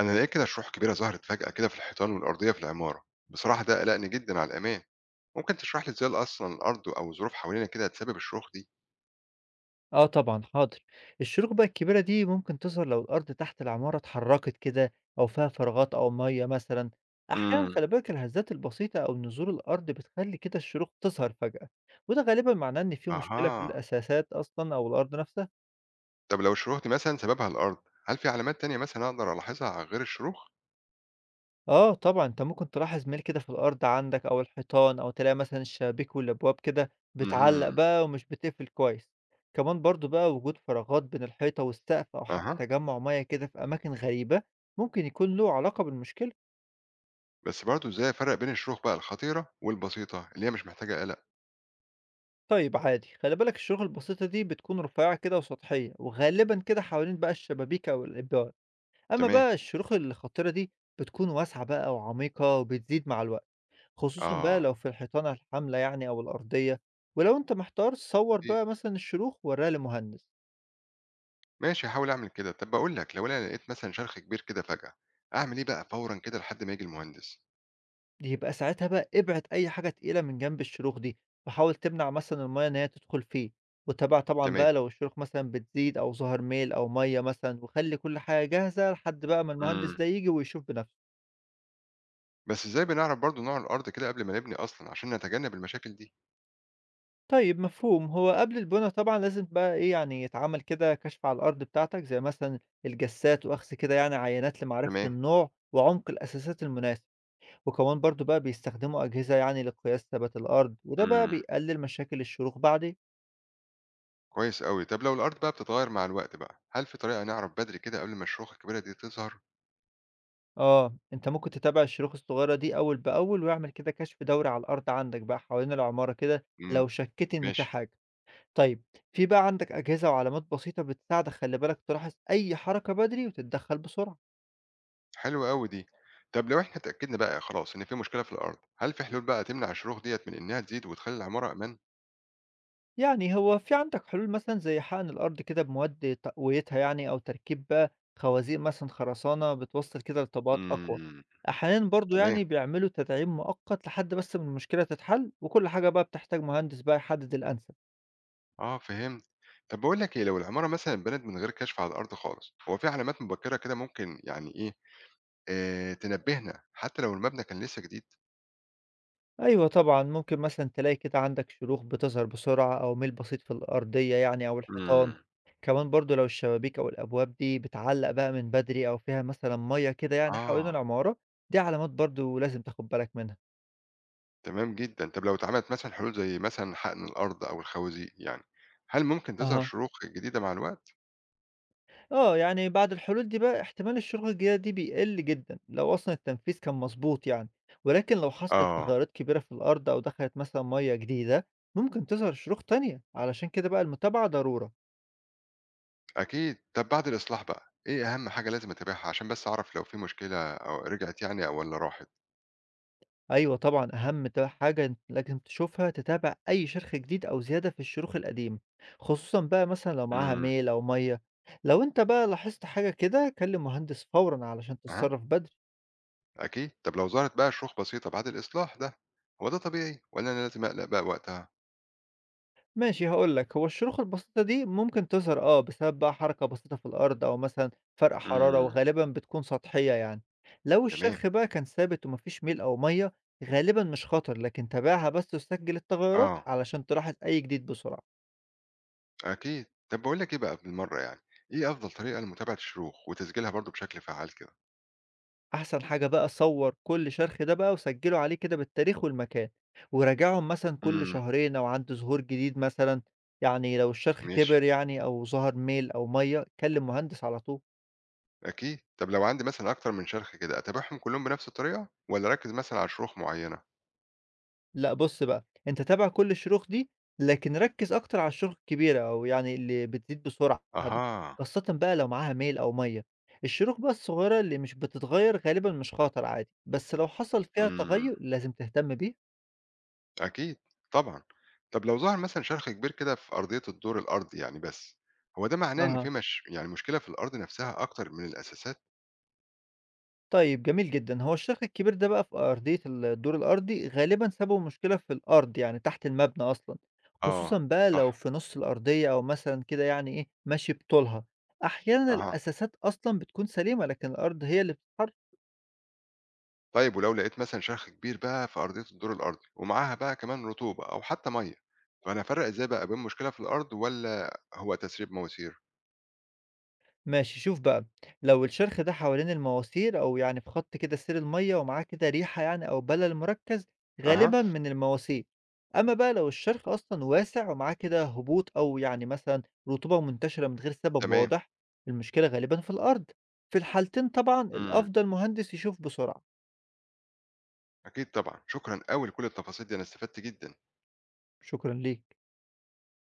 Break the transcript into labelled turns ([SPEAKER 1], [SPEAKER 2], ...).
[SPEAKER 1] أنا لقيت كده شروح كبيرة ظهرت فجأة كده في الحيطان والأرضية في العمارة، بصراحة ده قلقني جدًا على الأمان، ممكن تشرح لي إزاي أصلًا الأرض أو الظروف حوالينا كده هتسبب الشروخ دي؟
[SPEAKER 2] آه طبعًا حاضر، الشروخ بقى الكبيرة دي ممكن تظهر لو الأرض تحت العمارة اتحركت كده أو فيها فراغات أو مَيّة مثلًا، أحيانًا
[SPEAKER 1] امم
[SPEAKER 2] خلي بالك الهزات البسيطة أو نزول الأرض بتخلّي كده الشروخ تظهر فجأة، وده غالبًا معناه إن في مشكلة في
[SPEAKER 1] أها،
[SPEAKER 2] الأساسات أصلًا أو الأرض نفسها.
[SPEAKER 1] طب لو الشروخ دي مثلًا سببها الأرض، هل في علامات تانية مثلًا أقدر ألاحظها غير الشروخ؟
[SPEAKER 2] آه طبعًا، أنت ممكن تلاحظ ميل كده في الأرض عندك أو الحيطان أو تلاقي مثلًا الشبابيك والأبواب كده بتعلّق
[SPEAKER 1] امم
[SPEAKER 2] بقى ومش بتقفل كويس، كمان برضه بقى وجود فراغات بين الحيطة والسقف أو حتى
[SPEAKER 1] أها،
[SPEAKER 2] تجمُّع مَيّة كده في أماكن غريبة، ممكن يكون له علاقة بالمشكلة.
[SPEAKER 1] بس برضه إزاي أفرق بين الشروخ بقى الخطيرة والبسيطة اللي هي مش محتاجة قلق؟
[SPEAKER 2] طيب عادي، خلّي بالك الشغل البسيطة دي بتكون رفيّعة كده وسطحية وغالبًا كده حوالين بقى الشبابيك أو الأبواب، أمّا
[SPEAKER 1] تمام،
[SPEAKER 2] بقى الشروخ الخطيرة دي بتكون واسعة بقى وعميقة وبتزيد مع الوقت. خصوصًا بقى
[SPEAKER 1] آه،
[SPEAKER 2] لو في الحيطانة الحاملة يعني أو الأرضية، ولو أنت محتار صوّر
[SPEAKER 1] إيه؟
[SPEAKER 2] بقى مثلًا الشروخ وورّيها للمهندس،
[SPEAKER 1] ماشي هحاول أعمل كده، طب بقول لك لو أنا لقيت مثلًا شرخ كبير كده فجأة، أعمل إيه بقى فورًا كده لحد ما يجي المهندس؟
[SPEAKER 2] يبقى ساعتها بقى ابعد أي حاجة تقيلة من جنب الشروخ دي، وحاول تمنع مثلًا المَيّة إن هي تدخل فيه، وتابع طبعًا
[SPEAKER 1] تمام.
[SPEAKER 2] بقى لو الشروخ مثلًا بتزيد أو ظهر ميل أو مَيّة مثلًا، وخلّي كل حاجة جاهزة لحد بقى ما المهندس
[SPEAKER 1] امم
[SPEAKER 2] ده ييجي ويشوف بنَفْسه.
[SPEAKER 1] بس إزاي بنعرف برضه نوع الأرض كده قبل ما نبني أصلًا عشان نتجنب المشاكل دي؟
[SPEAKER 2] طيب مفهوم، هو قبل البنا طبعًا لازم بقى إيه، يعني يتعمل كده كشف على الأرض بتاعتك زي مثلًا الجسات وأخذ كده يعني عينات لمعرفة
[SPEAKER 1] تمام.
[SPEAKER 2] النوع وعمق الأساسات المناسب. وكمان برضو بقى بيستخدموا أجهزة يعني لقياس ثبات الأرض وده بقى
[SPEAKER 1] إمم.
[SPEAKER 2] بيقلل مشاكل الشروخ بعدين.
[SPEAKER 1] كويس أوي. طب لو الأرض بقى بتتغير مع الوقت بقى، هل في طريقة نعرف بدري كده قبل ما الشروخ الكبيرة دي تظهر؟
[SPEAKER 2] اه انت ممكن تتابع الشروخ الصغيرة دي أول بأول ويعمل كده كشف دوري على الأرض عندك بقى حوالين العمارة كده
[SPEAKER 1] إمم،
[SPEAKER 2] لو شكيت إن في
[SPEAKER 1] ماشي.
[SPEAKER 2] حاجة. طيب في بقى عندك أجهزة وعلامات بسيطة بتساعدك، خلي بالك تلاحظ أي حركة بدري وتتدخل بسرعة.
[SPEAKER 1] حلوة أوي دي. طب لو إحنا اتأكدنا بقى خلاص إن في مشكلة في الأرض، هل في حلول بقى تمنع الشروخ ديّة من إنها تزيد وتخلّي العمارة أمان؟
[SPEAKER 2] يعني هو في عندك حلول مثلًا زي حقن الأرض كده بمواد تقويتها يعني أو تركيب بقى خوازيق مثلًا خرسانة بتوصّل كده لطبقات أقوى،
[SPEAKER 1] إمم.
[SPEAKER 2] أحيانًا برضه
[SPEAKER 1] تمام.
[SPEAKER 2] يعني بيعملوا تدعيم مؤقت لحد بس ما المشكلة تتحل، وكل حاجة بقى بتحتاج مهندس بقى يحدد الأنسب.
[SPEAKER 1] آه فهمت. طب باقول لك إيه، لو العمارة مثلًا اتبنت من غير كشف على الأرض خالص، هو في علامات مبكرة كده ممكن يعني إيه، تنبهنا حتى لو المبنى كان لسه جديد؟
[SPEAKER 2] أيوه طبعًا، ممكن مثلًا تلاقي كده عندك شروخ بتظهر بسرعة أو ميل بسيط في الأرضية يعني أو الحيطان،
[SPEAKER 1] إمم.
[SPEAKER 2] كمان برضه لو الشبابيك أو الأبواب دي بتعلق بقى من بدري أو فيها مثلًا مَيّة كده يعني حوالين
[SPEAKER 1] آه،
[SPEAKER 2] العمارة، دي علامات برضه لازم تاخد بالك منها.
[SPEAKER 1] تمام جدًا. طب لو اتعملت مثلًا حلول زي مثلًا حقن الأرض أو الخوازيق يعني، هل ممكن تظهر
[SPEAKER 2] أها.
[SPEAKER 1] شروخ جديدة مع الوقت؟
[SPEAKER 2] آه، يعني بعد الحلول دي بقى احتمال الشروط الجديدة دي بيقل جدًا لو أصلًا التنفيذ كان مضبوط يعني، ولكن لو حصلت
[SPEAKER 1] آه،
[SPEAKER 2] تغيرات كبيرة في الأرض أو دخلت مثلًا مَيّة جديدة ممكن تظهر شروخ تانية، علشان كده بقى المتابعة ضرورة.
[SPEAKER 1] أكيد. طب بعد الإصلاح بقى، إيه أهم حاجة لازم أتابعها عشان بس أعرف لو في مشكلة أو رجعت يعني أو والّا راحت؟
[SPEAKER 2] أيوه طبعًا أهم حاجة انت لازم تشوفها، تتابع أي شرخ جديد أو زيادة في الشروخ القديمة، خصوصًا بقى مثلًا لو معاها
[SPEAKER 1] إمم،
[SPEAKER 2] ميل أو مَيّة. لو أنت بقى لاحظت حاجة كده كلم مهندس فورًا علشان
[SPEAKER 1] أها،
[SPEAKER 2] تتصرف بدري.
[SPEAKER 1] أكيد. طب لو ظهرت بقى شروخ بسيطة بعد الإصلاح ده، هو ده طبيعي والّا أنا لازم أقلق بقى وقتها؟
[SPEAKER 2] ماشي هاقول لك، هو الشروخ البسيطة دي ممكن تظهر آه، بسبب بقى حركة بسيطة في الأرض أو مثلًا فرق حرارة
[SPEAKER 1] إمم،
[SPEAKER 2] وغالبًا بتكون سطحية يعني. لو
[SPEAKER 1] تمام.
[SPEAKER 2] الشرخ بقى كان ثابت وما فيش ميل أو مَيّة، غالبًا مش خطر، لكن تابعها بس وسجّل التغيرات
[SPEAKER 1] آه،
[SPEAKER 2] علشان تلاحظ أي جديد بسرعة.
[SPEAKER 1] أكيد. طب باقول لك إيه بقى بالمرّة يعني، إيه أفضل طريقة لمتابعة الشروخ وتسجيلها برضه بشكل فعّال كده؟
[SPEAKER 2] أحسن حاجة بقى صوّر كل شرخ ده بقى وسجّله عليه كده بالتاريخ والمكان، وراجعهم مثلًا كل
[SPEAKER 1] إمم،
[SPEAKER 2] شهرين أو عند ظهور جديد مثلًا، يعني لو الشرخ
[SPEAKER 1] ماشي.
[SPEAKER 2] كبر يعني أو ظهر ميل أو مَيّة، كلم مهندس على طول.
[SPEAKER 1] أكيد. طب لو عندي مثلًا أكتر من شَرْخ كده، أتابعهم كلّهم بنفس الطريقة والّا أركّز مثلًا على شروخ معيّنة؟
[SPEAKER 2] لأ بُص بقى، أنت تابع كل الشروخ دي، لكن ركّز أكتر على الشروخ الكبيرة أو يعني اللي بتزيد بسرعة دي،
[SPEAKER 1] أها،
[SPEAKER 2] خاصةً بقى لو معاها ميل أو مَيّة. الشروخ بقى الصغيرة اللي مش بتتغيّر غالبًا مش خطر عادي، بس لو حصل فيها
[SPEAKER 1] إمم،
[SPEAKER 2] تغيُّر لازم تهتم بيه.
[SPEAKER 1] أكيد، طبعًا. طب لو ظهر مثلًا شَرْخ كبير كده في أرضية الدور الأرضي يعني بس، هو ده معناه إن
[SPEAKER 2] أها.
[SPEAKER 1] في مش يعني مشكلة في الأرض نفسها أكتر من الأساسات؟
[SPEAKER 2] طيب جميل جدًا، هو الشق الكبير ده بقى في أرضية الدور الأرضي غالبًا سببه مشكلة في الأرض، يعني تحت المبنى أصلًا، خصوصًا
[SPEAKER 1] آه،
[SPEAKER 2] بقى لو
[SPEAKER 1] صح،
[SPEAKER 2] في نُص الأرضية أو مثلًا كده يعني إيه ماشي بطولها، أحيانًا
[SPEAKER 1] أها.
[SPEAKER 2] الأساسات أصلًا بتكون سليمة لكن الأرض هي اللي بتتحرك.
[SPEAKER 1] طيب ولو لقيت مثلًا شَرْخ كبير بقى في أرضية الدور الأرضي ومعاها بقى كمان رطوبة أو حتى مَيّة، فأنا أفرّق إزاي بقى بين مشكلة في الأرض والّا هو تسريب مواسير؟
[SPEAKER 2] ماشي شوف بقى، لو الشرخ ده حوالين المواسير او يعني في خط كده سير المية ومعاه كده ريحة يعني او بلل مركز
[SPEAKER 1] أها،
[SPEAKER 2] غالبا من المواسير، اما بقى لو الشرخ اصلا واسع ومعاه كده هبوط او يعني مثلا رطوبة منتشرة من غير سبب
[SPEAKER 1] تمام،
[SPEAKER 2] واضح، المشكلة غالبا في الارض. في الحالتين طبعا
[SPEAKER 1] إمم.
[SPEAKER 2] الافضل مهندس يشوف بسرعة.
[SPEAKER 1] أكيد طبعًا، شكرًا أوي لكل التفاصيل دي، أنا استفدت جدًا.
[SPEAKER 2] شكرا ليك.